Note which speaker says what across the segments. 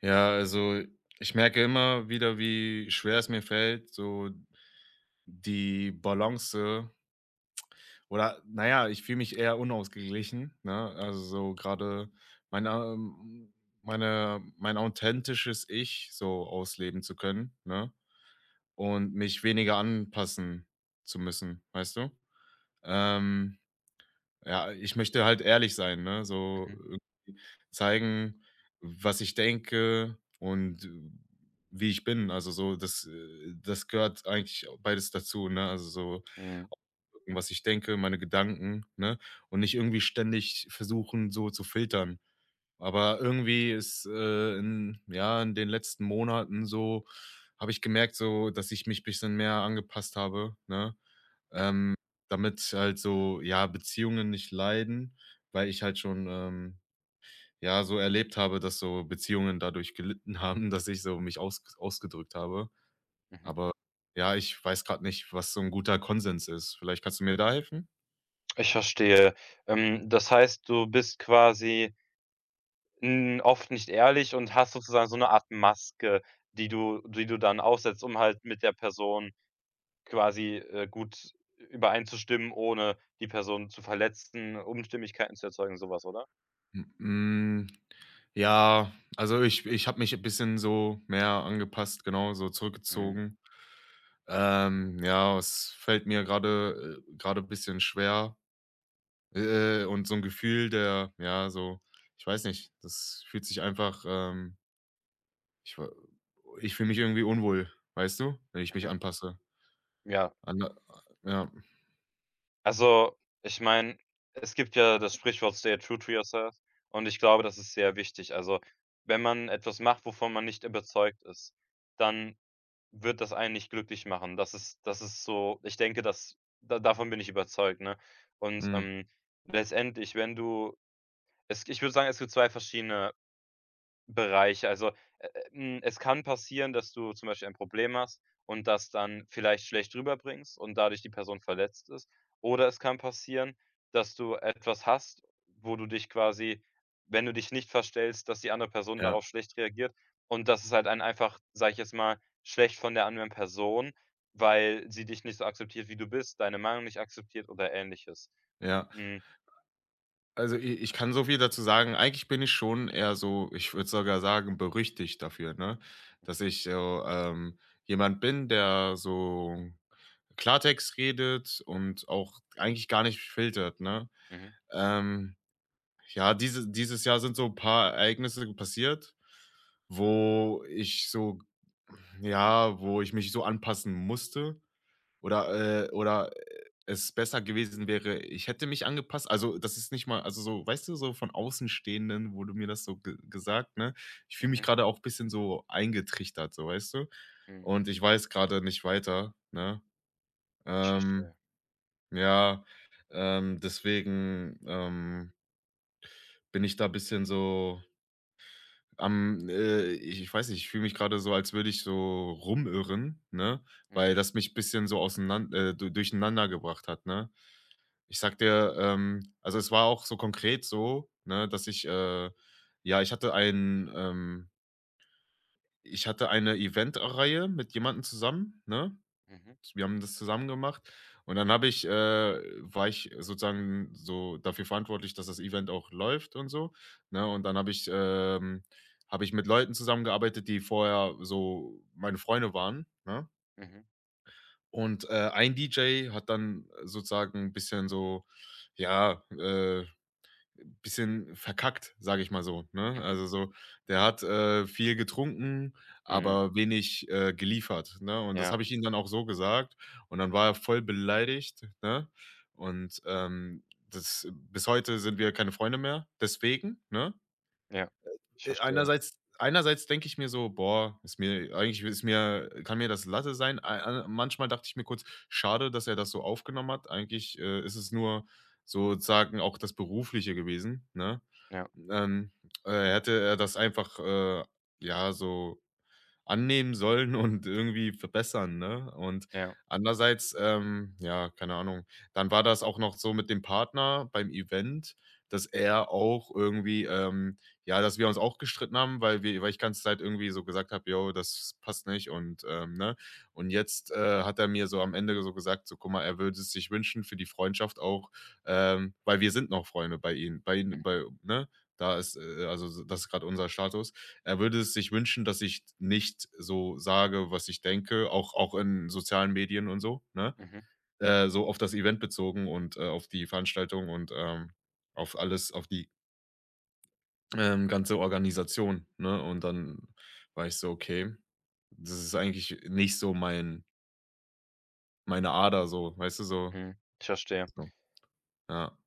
Speaker 1: Ja, also ich merke immer wieder, wie schwer es mir fällt, so die Balance oder naja, ich fühle mich eher unausgeglichen, ne? Also so gerade mein, ähm mein authentisches Ich so ausleben zu können, ne? Und mich weniger anpassen zu müssen, weißt du? Ähm Ja, ich möchte halt ehrlich sein, ne? So
Speaker 2: Mhm,
Speaker 1: irgendwie zeigen, was ich denke und wie ich bin. Also so, das gehört eigentlich beides dazu, ne? Also so
Speaker 2: mhm,
Speaker 1: ausdrücken, was ich denke, meine Gedanken, ne? Und nicht irgendwie ständig versuchen, so zu filtern. Aber irgendwie ist, in ja, in den letzten Monaten so habe ich gemerkt so, dass ich mich ein bisschen mehr angepasst habe, ne?
Speaker 2: mhm,
Speaker 1: Ähm, damit halt so, ja, Beziehungen nicht leiden, weil ich halt schon, ja, so erlebt habe, dass so Beziehungen dadurch gelitten haben, dass ich so mich ausgedrückt habe.
Speaker 2: mhm.
Speaker 1: Aber ja, ich weiß gerade nicht, was so ein guter Konsens ist. Vielleicht kannst du mir da helfen?
Speaker 2: Ich verstehe. Das heißt, du bist quasi, oft nicht ehrlich und hast sozusagen so eine Art Maske, die du dann aufsetzt, um halt mit der Person quasi, gut übereinzustimmen, ohne die Person zu verletzen, Unstimmigkeiten zu erzeugen, sowas, oder?
Speaker 1: M hm, ja, also ich habe mich ein bisschen so mehr angepasst, genau, so
Speaker 2: Mhm,
Speaker 1: zurückgezogen. Ja, es fällt mir gerade grade bisschen schwer. Und so 'n Gefühl der ja, so ich weiß nicht, das fühlt sich einfach, ich wa ich fühle mich irgendwie unwohl, weißt du, wenn ich mich
Speaker 2: mhm.
Speaker 1: anpasse.
Speaker 2: Ja,
Speaker 1: An a ja,
Speaker 2: also, ich meine, es gibt ja das Sprichwort „Stay true to yourself“ und ich glaube, das ist sehr wichtig. Also, wenn man etwas macht, wovon man nicht überzeugt ist, dann wird das einen nicht glücklich machen. Das ist so ich denke, das da davon bin ich überzeugt, ne? Und,
Speaker 1: mhm,
Speaker 2: letztendlich, wenn du es ich würde sagen, es gibt 2 verschiedene Bereich. Also, es kann passieren, dass du zum Beispiel ein Problem hast und das dann vielleicht schlecht rüberbringst und dadurch die Person verletzt ist. Oder es kann passieren, dass du etwas hast, wo du dich quasi wenn du dich nicht verstellst, dass die andere Person
Speaker 1: ja,
Speaker 2: darauf schlecht reagiert. Und das ist halt dann einfach, sage ich jetzt mal, schlecht von der anderen Person, weil sie dich nicht so akzeptiert, wie du bist, deine Meinung nicht akzeptiert oder Ähnliches.
Speaker 1: ja.
Speaker 2: Mhm.
Speaker 1: Also, i ich kann so viel dazu sagen. Eigentlich bin ich schon eher so, ich würde sogar sagen, berüchtigt dafür, ne, dass ich so, jemand bin, der so Klartext redet und auch eigentlich gar nicht filtert, ne?
Speaker 2: Mhm.
Speaker 1: Ähm Ja, dieses Jahr sind so ein paar Ereignisse passiert, wo ich so ja, wo ich mich so anpassen musste oder, es besser gewesen wäre, ich hätte mich angepasst. Also, das ist nicht mal also so, weißt du, so von Außenstehenden wurde mir das so ge gesagt, ne? Ich fühle mich
Speaker 2: Mhm.
Speaker 1: gerade auch ein bisschen so eingetrichtert, so, weißt du?
Speaker 2: Mhm.
Speaker 1: Und ich weiß gerade nicht weiter, ne?
Speaker 2: Ich
Speaker 1: Ähm,
Speaker 2: verstehe.
Speaker 1: ja, deswegen, bin ich da ein bisschen so Am ich weiß nicht, ich fühle mich gerade so, als würde ich so rumirren, ne,
Speaker 2: Mhm.
Speaker 1: weil das mich bisschen so auseinander du durcheinander gebracht hat, ne? Ich sag dir, also, es war auch so konkret so, ne, dass ja, ich hatte ich hatte eine Eventreihe mit jemandem zusammen, ne?
Speaker 2: Mhm.
Speaker 1: Wir haben das zusammen gemacht und dann habe ich war ich sozusagen so dafür verantwortlich, dass das Event auch läuft und so, ne? Und dann habe ich mit Leuten zusammengearbeitet, die vorher so meine Freunde waren, ne?
Speaker 2: Mhm.
Speaker 1: Und, ein DJ hat dann sozusagen 'n bisschen so, ja, äh bisschen verkackt, sage ich mal so, ne?
Speaker 2: Mhm.
Speaker 1: Also so, der hat, viel getrunken,
Speaker 2: Mhm.
Speaker 1: aber wenig, geliefert, ne? Und das
Speaker 2: Ja,
Speaker 1: habe ich ihm dann auch so gesagt und dann war er voll beleidigt, ne? Und, das bis heute sind wir keine Freunde mehr, deswegen, ne?
Speaker 2: ja, ich verstehe.
Speaker 1: Einerseits denke ich mir so: „Boah, ist mir eigentlich ist mir kann mir das Latte sein.“ Ei ei manchmal dachte ich mir kurz: „Schade, dass er das so aufgenommen hat.“ Eigentlich, ist es nur sozusagen auch das Berufliche gewesen, ne?
Speaker 2: Ja,
Speaker 1: Ähm, hätte er das einfach, ja, so annehmen sollen und irgendwie verbessern, ne? Und
Speaker 2: ja.
Speaker 1: andererseits, ja, keine Ahnung, dann war das auch noch so mit dem Partner beim Event, dass er auch irgendwie, ja, dass wir uns auch gestritten haben, weil ich ganze Zeit irgendwie so gesagt habe: „Jo, das passt nicht“ und, ne? Und jetzt, hat er mir so am Ende so gesagt, so: „Guck mal, er würde es sich wünschen für die Freundschaft auch, weil wir sind noch Freunde bei ihm
Speaker 2: Mhm,
Speaker 1: bei ne? Da ist, also, das ist grad unser Status.
Speaker 2: mhm,
Speaker 1: Er würde sich wünschen, dass ich nicht so sage, was ich denke, auch in sozialen Medien und so, ne?
Speaker 2: mhm,
Speaker 1: So auf das Event bezogen und, auf die Veranstaltung und, auf alles, auf die, ganze Organisation, ne? Und dann war ich so: „Okay, das ist eigentlich nicht so meine Ader so“, weißt du, so
Speaker 2: mhm. Ich verstehe.
Speaker 1: so, ja.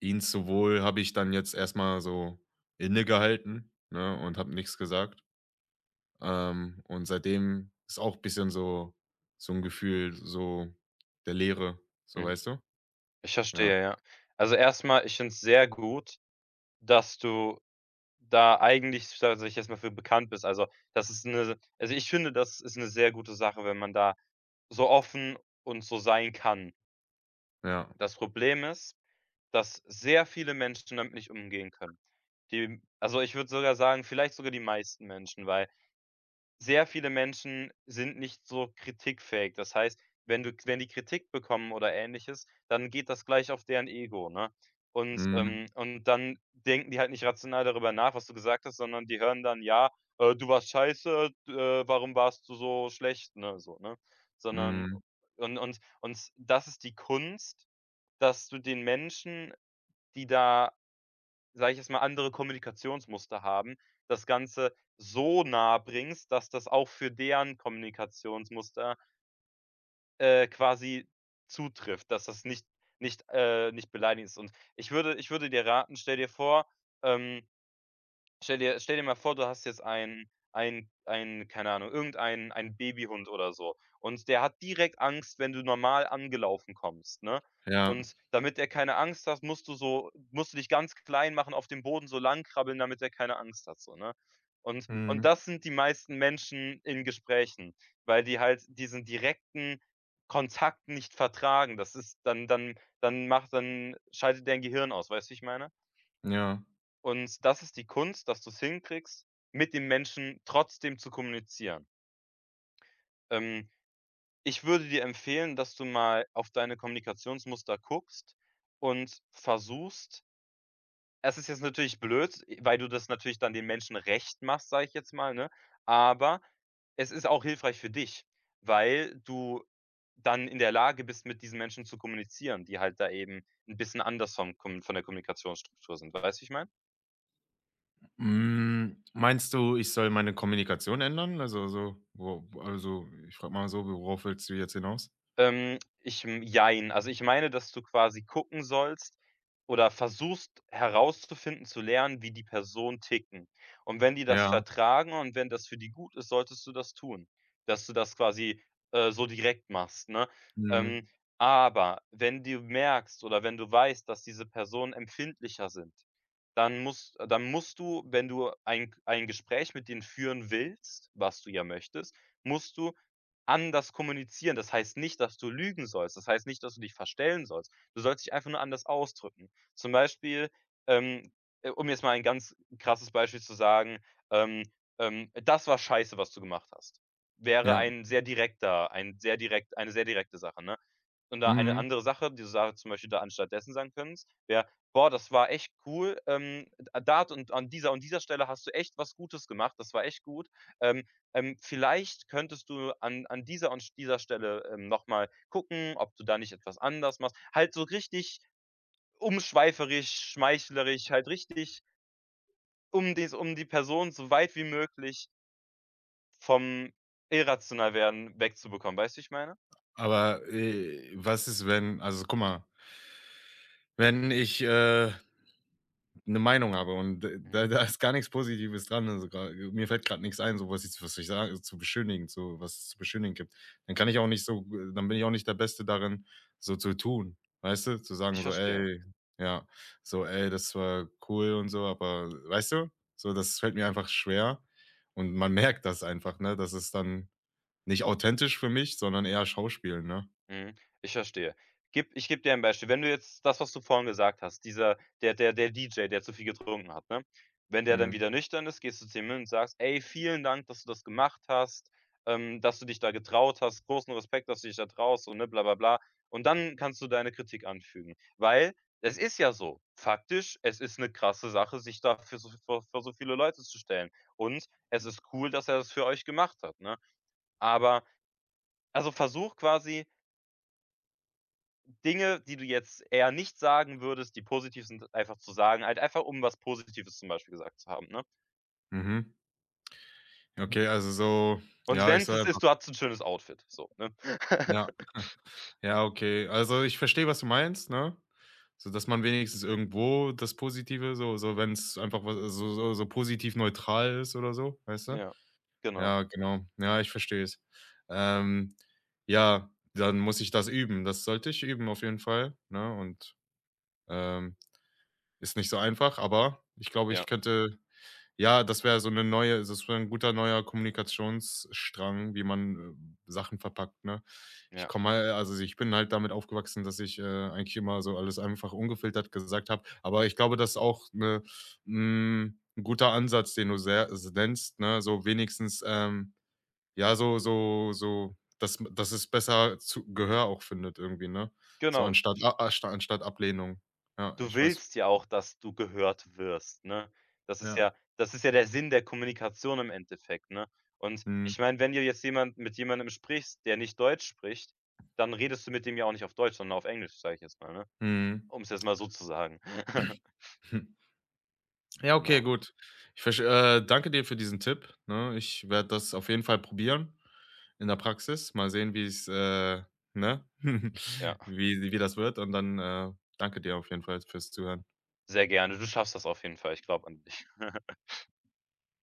Speaker 1: Ihn sowohl habe ich dann jetzt erstmal so innegehalten, ne, und habe nichts gesagt. Und seitdem ist auch ein bisschen so so ein Gefühl so der Leere, so,
Speaker 2: Mhm.
Speaker 1: weißt du?
Speaker 2: Ich
Speaker 1: Ja,
Speaker 2: verstehe, ja. Also, erstmal, ich finde es sehr gut, dass du da eigentlich, sage ich jetzt mal, für bekannt bist. Also, das ist eine, also, ich finde, das ist eine sehr gute Sache, wenn man da so offen und so sein kann.
Speaker 1: ja.
Speaker 2: Das Problem ist, dass sehr viele Menschen damit nicht umgehen können. Die also, ich würde sogar sagen, vielleicht sogar die meisten Menschen, weil sehr viele Menschen sind nicht so kritikfähig. Das heißt, wenn du wenn die Kritik bekommen oder Ähnliches, dann geht das gleich auf deren Ego, ne? Und,
Speaker 1: Mhm,
Speaker 2: ähm und dann denken die halt nicht rational darüber nach, was du gesagt hast, sondern die hören dann: „Ja, du warst scheiße, d warum warst du so schlecht“, ne, so, ne? Sondern
Speaker 1: mhm,
Speaker 2: und das ist die Kunst, dass du den Menschen, die da sage ich jetzt mal, andere Kommunikationsmuster haben, das Ganze so nah bringst, dass das auch für deren Kommunikationsmuster, quasi zutrifft, dass das nicht beleidigend ist. Und ich würde dir raten, stell dir vor, ähm stell dir mal vor, du hast jetzt keine Ahnung, irgendein, ein Babyhund oder so und der hat direkt Angst, wenn du normal angelaufen kommst, ne?
Speaker 1: ja,
Speaker 2: Und damit er keine Angst hat, musst du dich ganz klein machen, auf dem Boden so lang krabbeln, damit er keine Angst hat so, ne? Und
Speaker 1: mhm,
Speaker 2: das sind die meisten Menschen in Gesprächen, weil die halt diesen direkten Kontakt nicht vertragen. Das ist dann dann dann macht dann schaltet deren Gehirn aus, weißt du, wie ich meine?
Speaker 1: ja.
Speaker 2: Und das ist die Kunst, dass du es hinkriegst, mit dem Menschen trotzdem zu kommunizieren. Ähm, ich würde dir empfehlen, dass du mal auf deine Kommunikationsmuster guckst und versuchst es ist jetzt natürlich blöd, e weil du das natürlich dann den Menschen recht machst, sage ich jetzt mal, ne? Aber es ist auch hilfreich für dich, weil du dann in der Lage bist, mit diesen Menschen zu kommunizieren, die halt da eben ein bisschen anders vom kommen von der Kommunikationsstruktur sind. Weißt, du, wie ich meine?
Speaker 1: Hm, meinst du, ich soll meine Kommunikation ändern? Also so, wo also, ich frage mal so, worauf willst du jetzt hinaus?
Speaker 2: Ich m jein. Also, ich meine, dass du quasi gucken sollst oder versuchst herauszufinden, zu lernen, wie die person ticken. Und wenn die das
Speaker 1: Ja,
Speaker 2: vertragen und wenn das für die gut ist, solltest du das tun, dass du das quasi, so direkt machst, ne?
Speaker 1: mhm,
Speaker 2: Ähm, aber wenn du merkst oder wenn du weißt, dass diese Personen empfindlicher sind, dann musst du, wenn du ein Gespräch mit denen führen willst, was du ja möchtest, musst du anders kommunizieren. Das heißt nicht, dass du lügen sollst. Das heißt nicht, dass du dich verstellen sollst. Du sollst dich einfach nur anders ausdrücken. Zum Beispiel, ähm, um jetzt mal ein ganz krasses Beispiel zu sagen, ähm, „Das war scheiße, was du gemacht hast.“ Wäre
Speaker 1: ja,
Speaker 2: ein sehr direkter ein sehr direkt eine sehr direkte Sache, ne? Und da eine
Speaker 1: mhm.
Speaker 2: andere Sache, die du sa zum Beispiel da anstatt dessen sagen könntest, wäre: „Boah, das war echt cool, d da hat und an dieser und dieser Stelle hast du echt was Gutes gemacht, das war echt gut. Ähm, vielleicht könntest du an dieser und dieser Stelle, noch mal gucken, ob du da nicht etwas anders machst.“ Halt so richtig umschweiferisch, schmeichlerisch, halt richtig um dies um die Person so weit wie möglich vom Irrational-Werden wegzubekommen. Weißt du, wie ich meine?
Speaker 1: Aber, was ist, wenn also guck mal, wenn 'ne Meinung habe und
Speaker 2: Mhm,
Speaker 1: da ist gar nix Positives dran. Also, gra mir fällt grad nix ein, so was soll ich sagen, zu beschönigen so was es zu beschönigen gibt. Dann kann
Speaker 2: mhm.
Speaker 1: ich auch nicht so dann bin ich auch nicht der Beste darin, so zu tun, weißt du? Zu sagen
Speaker 2: Ich
Speaker 1: so:
Speaker 2: verstehe.
Speaker 1: „Ey“ ja, so: „Ey, das war cool und so“, aber weißt du? So, das fällt mir einfach schwer und man merkt das einfach, ne? Das ist dann nicht authentisch für mich, sondern eher Schauspiel, ne?
Speaker 2: Mhm, ich verstehe. Gib Ich gebe dir ein Beispiel. Wenn du jetzt das, was du vorhin gesagt hast, dieser der DJ, der zu viel getrunken hat, ne? Wenn der dann
Speaker 1: Mhm.
Speaker 2: wieder nüchtern ist, gehst du zu ihm hin und sagst: „Ey, vielen Dank, dass du das gemacht hast, dass du dich da getraut hast. Großen Respekt, dass du dich da traust“ und ne, bla bla bla. Und dann kannst du deine Kritik anfügen, weil es ist ja so, faktisch, es ist eine krasse Sache, sich da für so für vor so viele Leute zu stellen. Und es ist cool, dass er das für euch gemacht hat, ne? Aber also, versuch quasi Dinge, die du jetzt eher nicht sagen würdest, die positiv sind, einfach zu sagen, halt einfach, um was Positives zum Beispiel gesagt zu haben, ne?
Speaker 1: Mhm. Okay, also so
Speaker 2: Und
Speaker 1: ja, ich
Speaker 2: wenn's
Speaker 1: soll
Speaker 2: es
Speaker 1: einfach
Speaker 2: ist, du hast 'n schönes Outfit, so, ne?
Speaker 1: ja. Ja, okay. Also, ich verstehe, was du meinst, ne? So, dass man wenigstens irgendwo das Positive so so wenn es einfach was so so so positiv neutral ist oder so, weißt du?
Speaker 2: Ja, genau.
Speaker 1: Ja, genau. Ja, ich verstehe es. Ähm, ja, dann muss ich das üben. Das sollte ich üben auf jeden Fall, ne? Und, ähm, ist nicht so einfach, aber ich glaube, ich
Speaker 2: Ja,
Speaker 1: könnte ja, das wäre ein guter neuer Kommunikationsstrang, wie man, Sachen verpackt, ne? Ich
Speaker 2: ja,
Speaker 1: komme mal also, ich bin halt damit aufgewachsen, dass ich, eigentlich immer so alles einfach ungefiltert gesagt habe. Aber ich glaube, das ist auch 'ne 'n guter Ansatz, den du sehr s nennst, ne? So wenigstens, ja, so so so, dass es besser zu Gehör auch findet irgendwie, ne? So
Speaker 2: genau
Speaker 1: anstatt
Speaker 2: richtig.
Speaker 1: a a anstatt Ablehnung. Ja,
Speaker 2: Du
Speaker 1: ich weiß.
Speaker 2: willst ja auch, dass du gehört wirst, ne? Das ist
Speaker 1: Ja.
Speaker 2: ja das ist ja der Sinn der Kommunikation im Endeffekt, ne? Und
Speaker 1: Mhm,
Speaker 2: ich meine, wenn dir jetzt jemand mit jemandem sprichst, der nicht Deutsch spricht, dann redest du mit dem ja auch nicht auf Deutsch, sondern auf Englisch, sage ich jetzt mal, ne?
Speaker 1: mhm.
Speaker 2: Um's jetzt mal so zu sagen.
Speaker 1: Ja, okay,
Speaker 2: Genau,
Speaker 1: gut. Ich verst danke dir für diesen Tipp, ne? Ich werde das auf jeden Fall probieren in der Praxis. Mal sehen, ne?
Speaker 2: ja.
Speaker 1: Wie das wird und dann, danke dir auf jeden Fall fürs Zuhören.
Speaker 2: Sehr gerne. Du schaffst das auf jeden Fall. Ich glaube an dich.